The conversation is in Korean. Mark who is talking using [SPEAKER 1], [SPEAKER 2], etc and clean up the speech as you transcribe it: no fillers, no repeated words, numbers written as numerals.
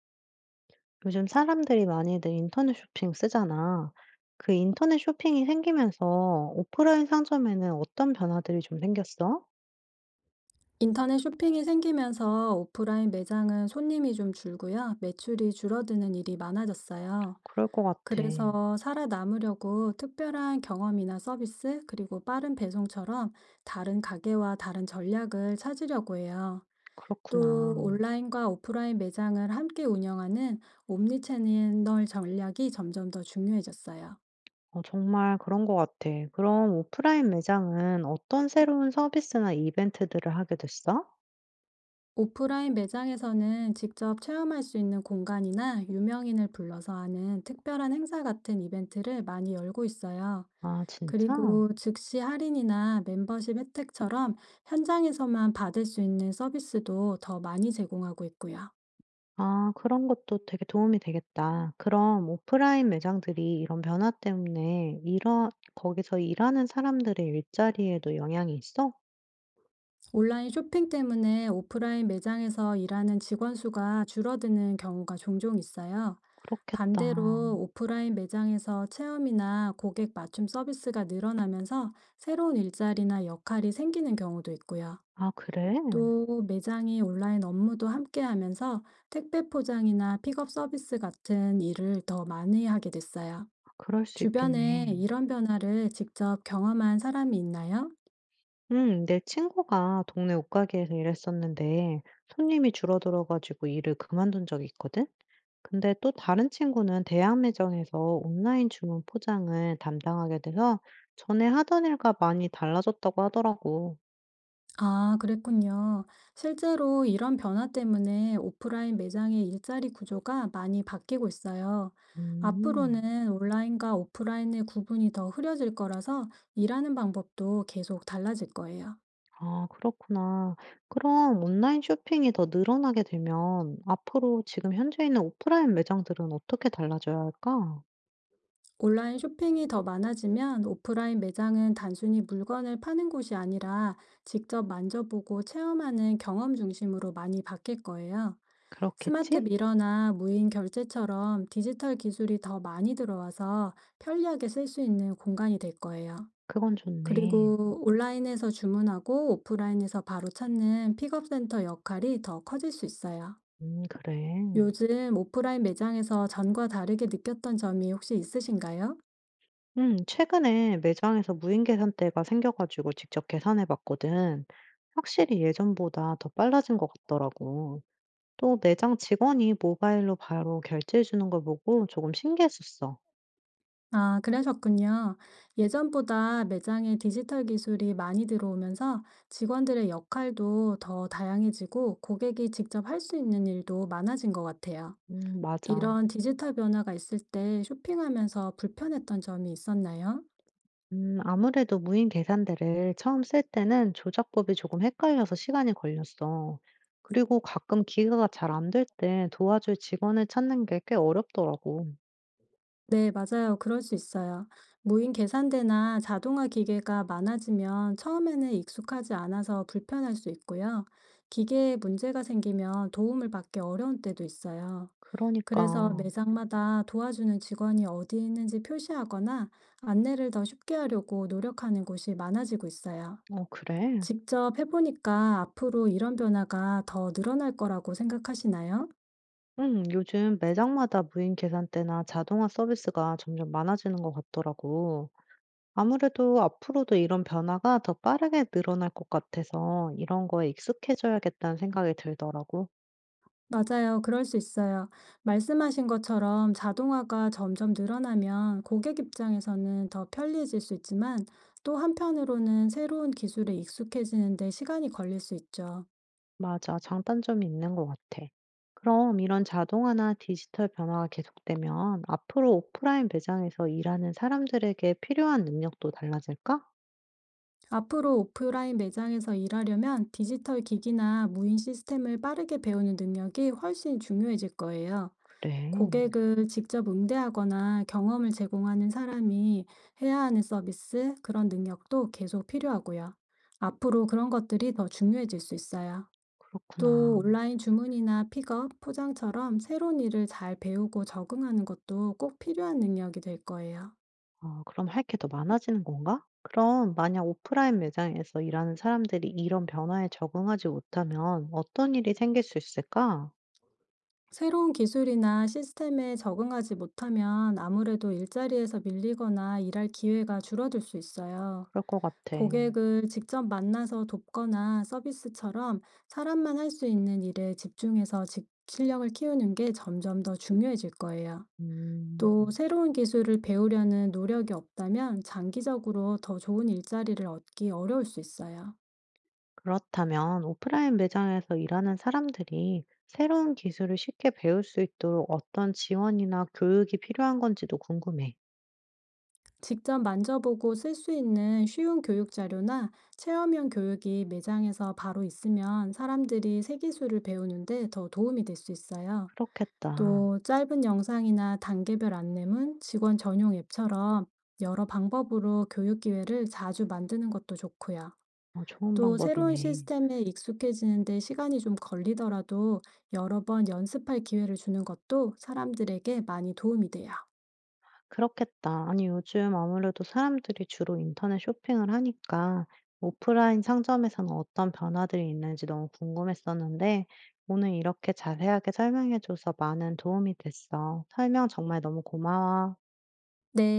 [SPEAKER 1] 요즘 사람들이 많이들 인터넷 쇼핑 쓰잖아. 그 인터넷 쇼핑이 생기면서 오프라인 상점에는 어떤 변화들이 좀 생겼어?
[SPEAKER 2] 인터넷 쇼핑이 생기면서 오프라인 매장은 손님이 좀 줄고요. 매출이 줄어드는 일이 많아졌어요.
[SPEAKER 1] 그럴 것 같아.
[SPEAKER 2] 그래서 살아남으려고 특별한 경험이나 서비스, 그리고 빠른 배송처럼 다른 가게와 다른 전략을 찾으려고 해요. 또
[SPEAKER 1] 그렇구나.
[SPEAKER 2] 온라인과 오프라인 매장을 함께 운영하는 옴니채널 전략이 점점 더 중요해졌어요.
[SPEAKER 1] 어, 정말 그런 것 같아. 그럼 오프라인 매장은 어떤 새로운 서비스나 이벤트들을 하게 됐어?
[SPEAKER 2] 오프라인 매장에서는 직접 체험할 수 있는 공간이나 유명인을 불러서 하는 특별한 행사 같은 이벤트를 많이 열고 있어요.
[SPEAKER 1] 아, 진짜?
[SPEAKER 2] 그리고 즉시 할인이나 멤버십 혜택처럼 현장에서만 받을 수 있는 서비스도 더 많이 제공하고 있고요.
[SPEAKER 1] 아, 그런 것도 되게 도움이 되겠다. 그럼 오프라인 매장들이 이런 변화 때문에 이런, 거기서 일하는 사람들의 일자리에도 영향이 있어?
[SPEAKER 2] 온라인 쇼핑 때문에 오프라인 매장에서 일하는 직원 수가 줄어드는 경우가 종종 있어요.
[SPEAKER 1] 그렇겠다.
[SPEAKER 2] 반대로 오프라인 매장에서 체험이나 고객 맞춤 서비스가 늘어나면서 새로운 일자리나 역할이 생기는 경우도 있고요.
[SPEAKER 1] 아 그래?
[SPEAKER 2] 또 매장이 온라인 업무도 함께 하면서 택배 포장이나 픽업 서비스 같은 일을 더 많이 하게 됐어요.
[SPEAKER 1] 그럴 수
[SPEAKER 2] 주변에
[SPEAKER 1] 있겠네.
[SPEAKER 2] 이런 변화를 직접 경험한 사람이 있나요?
[SPEAKER 1] 내 친구가 동네 옷가게에서 일했었는데 손님이 줄어들어 가지고 일을 그만둔 적이 있거든? 근데 또 다른 친구는 대학 매장에서 온라인 주문 포장을 담당하게 돼서 전에 하던 일과 많이 달라졌다고 하더라고.
[SPEAKER 2] 아, 그랬군요. 실제로 이런 변화 때문에 오프라인 매장의 일자리 구조가 많이 바뀌고 있어요.
[SPEAKER 1] 음.
[SPEAKER 2] 앞으로는 온라인과 오프라인의 구분이 더 흐려질 거라서 일하는 방법도 계속 달라질 거예요.
[SPEAKER 1] 아 그렇구나. 그럼 온라인 쇼핑이 더 늘어나게 되면 앞으로 지금 현재 있는 오프라인 매장들은 어떻게 달라져야 할까?
[SPEAKER 2] 온라인 쇼핑이 더 많아지면 오프라인 매장은 단순히 물건을 파는 곳이 아니라 직접 만져보고 체험하는 경험 중심으로 많이 바뀔 거예요. 스마트
[SPEAKER 1] 그렇겠지?
[SPEAKER 2] 미러나 무인 결제처럼 디지털 기술이 더 많이 들어와서 편리하게 쓸 수 있는 공간이 될 거예요.
[SPEAKER 1] 그건 좋네.
[SPEAKER 2] 그리고 온라인에서 주문하고 오프라인에서 바로 찾는 픽업센터 역할이 더 커질 수 있어요.
[SPEAKER 1] 그래.
[SPEAKER 2] 요즘 오프라인 매장에서 전과 다르게 느꼈던 점이 혹시 있으신가요?
[SPEAKER 1] 최근에 매장에서 무인 계산대가 생겨 가지고 직접 계산해 봤거든. 확실히 예전보다 더 빨라진 것 같더라고. 또 매장 직원이 모바일로 바로 결제해 주는 걸 보고 조금 신기했었어.
[SPEAKER 2] 아, 그러셨군요. 예전보다 매장에 디지털 기술이 많이 들어오면서 직원들의 역할도 더 다양해지고 고객이 직접 할 수 있는 일도 많아진 것 같아요.
[SPEAKER 1] 맞아.
[SPEAKER 2] 이런 디지털 변화가 있을 때 쇼핑하면서 불편했던 점이 있었나요?
[SPEAKER 1] 아무래도 무인 계산대를 처음 쓸 때는 조작법이 조금 헷갈려서 시간이 걸렸어. 그리고 가끔 기계가 잘 안될 때 도와줄 직원을 찾는 게 꽤 어렵더라고.
[SPEAKER 2] 네, 맞아요. 그럴 수 있어요. 무인 계산대나 자동화 기계가 많아지면 처음에는 익숙하지 않아서 불편할 수 있고요. 기계에 문제가 생기면 도움을 받기 어려운 때도 있어요. 그래서
[SPEAKER 1] 그러니까
[SPEAKER 2] 매장마다 도와주는 직원이 어디 있는지 표시하거나 안내를 더 쉽게 하려고 노력하는 곳이 많아지고 있어요.
[SPEAKER 1] 어 그래?
[SPEAKER 2] 직접 해보니까 앞으로 이런 변화가 더 늘어날 거라고 생각하시나요?
[SPEAKER 1] 요즘 매장마다 무인 계산대나 자동화 서비스가 점점 많아지는 것 같더라고. 아무래도 앞으로도 이런 변화가 더 빠르게 늘어날 것 같아서 이런 거에 익숙해져야겠다는 생각이 들더라고.
[SPEAKER 2] 맞아요. 그럴 수 있어요. 말씀하신 것처럼 자동화가 점점 늘어나면 고객 입장에서는 더 편리해질 수 있지만, 또 한편으로는 새로운 기술에 익숙해지는 데 시간이 걸릴 수 있죠.
[SPEAKER 1] 맞아, 장단점이 있는 것 같아. 그럼 이런 자동화나 디지털 변화가 계속되면 앞으로 오프라인 매장에서 일하는 사람들에게 필요한 능력도 달라질까?
[SPEAKER 2] 앞으로 오프라인 매장에서 일하려면 디지털 기기나 무인 시스템을 빠르게 배우는 능력이 훨씬 중요해질 거예요.
[SPEAKER 1] 그래,
[SPEAKER 2] 고객을 직접 응대하거나 경험을 제공하는 사람이 해야 하는 서비스, 그런 능력도 계속 필요하고요. 앞으로 그런 것들이 더 중요해질 수 있어요. 또
[SPEAKER 1] 그렇구나.
[SPEAKER 2] 온라인 주문이나 픽업, 포장처럼 새로운 일을 잘 배우고 적응하는 것도 꼭 필요한 능력이 될 거예요.
[SPEAKER 1] 아 그럼 할 게 더 많아지는 건가? 그럼 만약 오프라인 매장에서 일하는 사람들이 이런 변화에 적응하지 못하면 어떤 일이 생길 수 있을까?
[SPEAKER 2] 새로운 기술이나 시스템에 적응하지 못하면 아무래도 일자리에서 밀리거나 일할 기회가 줄어들 수 있어요.
[SPEAKER 1] 그럴 것 같아.
[SPEAKER 2] 고객을 직접 만나서 돕거나 서비스처럼 사람만 할 수 있는 일에 집중해서 실력을 키우는 게 점점 더 중요해질 거예요.
[SPEAKER 1] 음,
[SPEAKER 2] 또 새로운 기술을 배우려는 노력이 없다면 장기적으로 더 좋은 일자리를 얻기 어려울 수 있어요.
[SPEAKER 1] 그렇다면 오프라인 매장에서 일하는 사람들이 새로운 기술을 쉽게 배울 수 있도록 어떤 지원이나 교육이 필요한 건지도 궁금해.
[SPEAKER 2] 직접 만져보고 쓸 수 있는 쉬운 교육 자료나 체험형 교육이 매장에서 바로 있으면 사람들이 새 기술을 배우는데 더 도움이 될 수 있어요.
[SPEAKER 1] 그렇겠다.
[SPEAKER 2] 또 짧은 영상이나 단계별 안내문, 직원 전용 앱처럼 여러 방법으로 교육 기회를 자주 만드는 것도 좋고요.
[SPEAKER 1] 어, 좋은
[SPEAKER 2] 또 새로운
[SPEAKER 1] 방법이네.
[SPEAKER 2] 시스템에 익숙해지는데 시간이 좀 걸리더라도 여러 번 연습할 기회를 주는 것도 사람들에게 많이 도움이 돼요.
[SPEAKER 1] 그렇겠다. 아니, 요즘 아무래도 사람들이 주로 인터넷 쇼핑을 하니까 오프라인 상점에서는 어떤 변화들이 있는지 너무 궁금했었는데 오늘 이렇게 자세하게 설명해줘서 많은 도움이 됐어. 설명 정말 너무 고마워.
[SPEAKER 2] 네.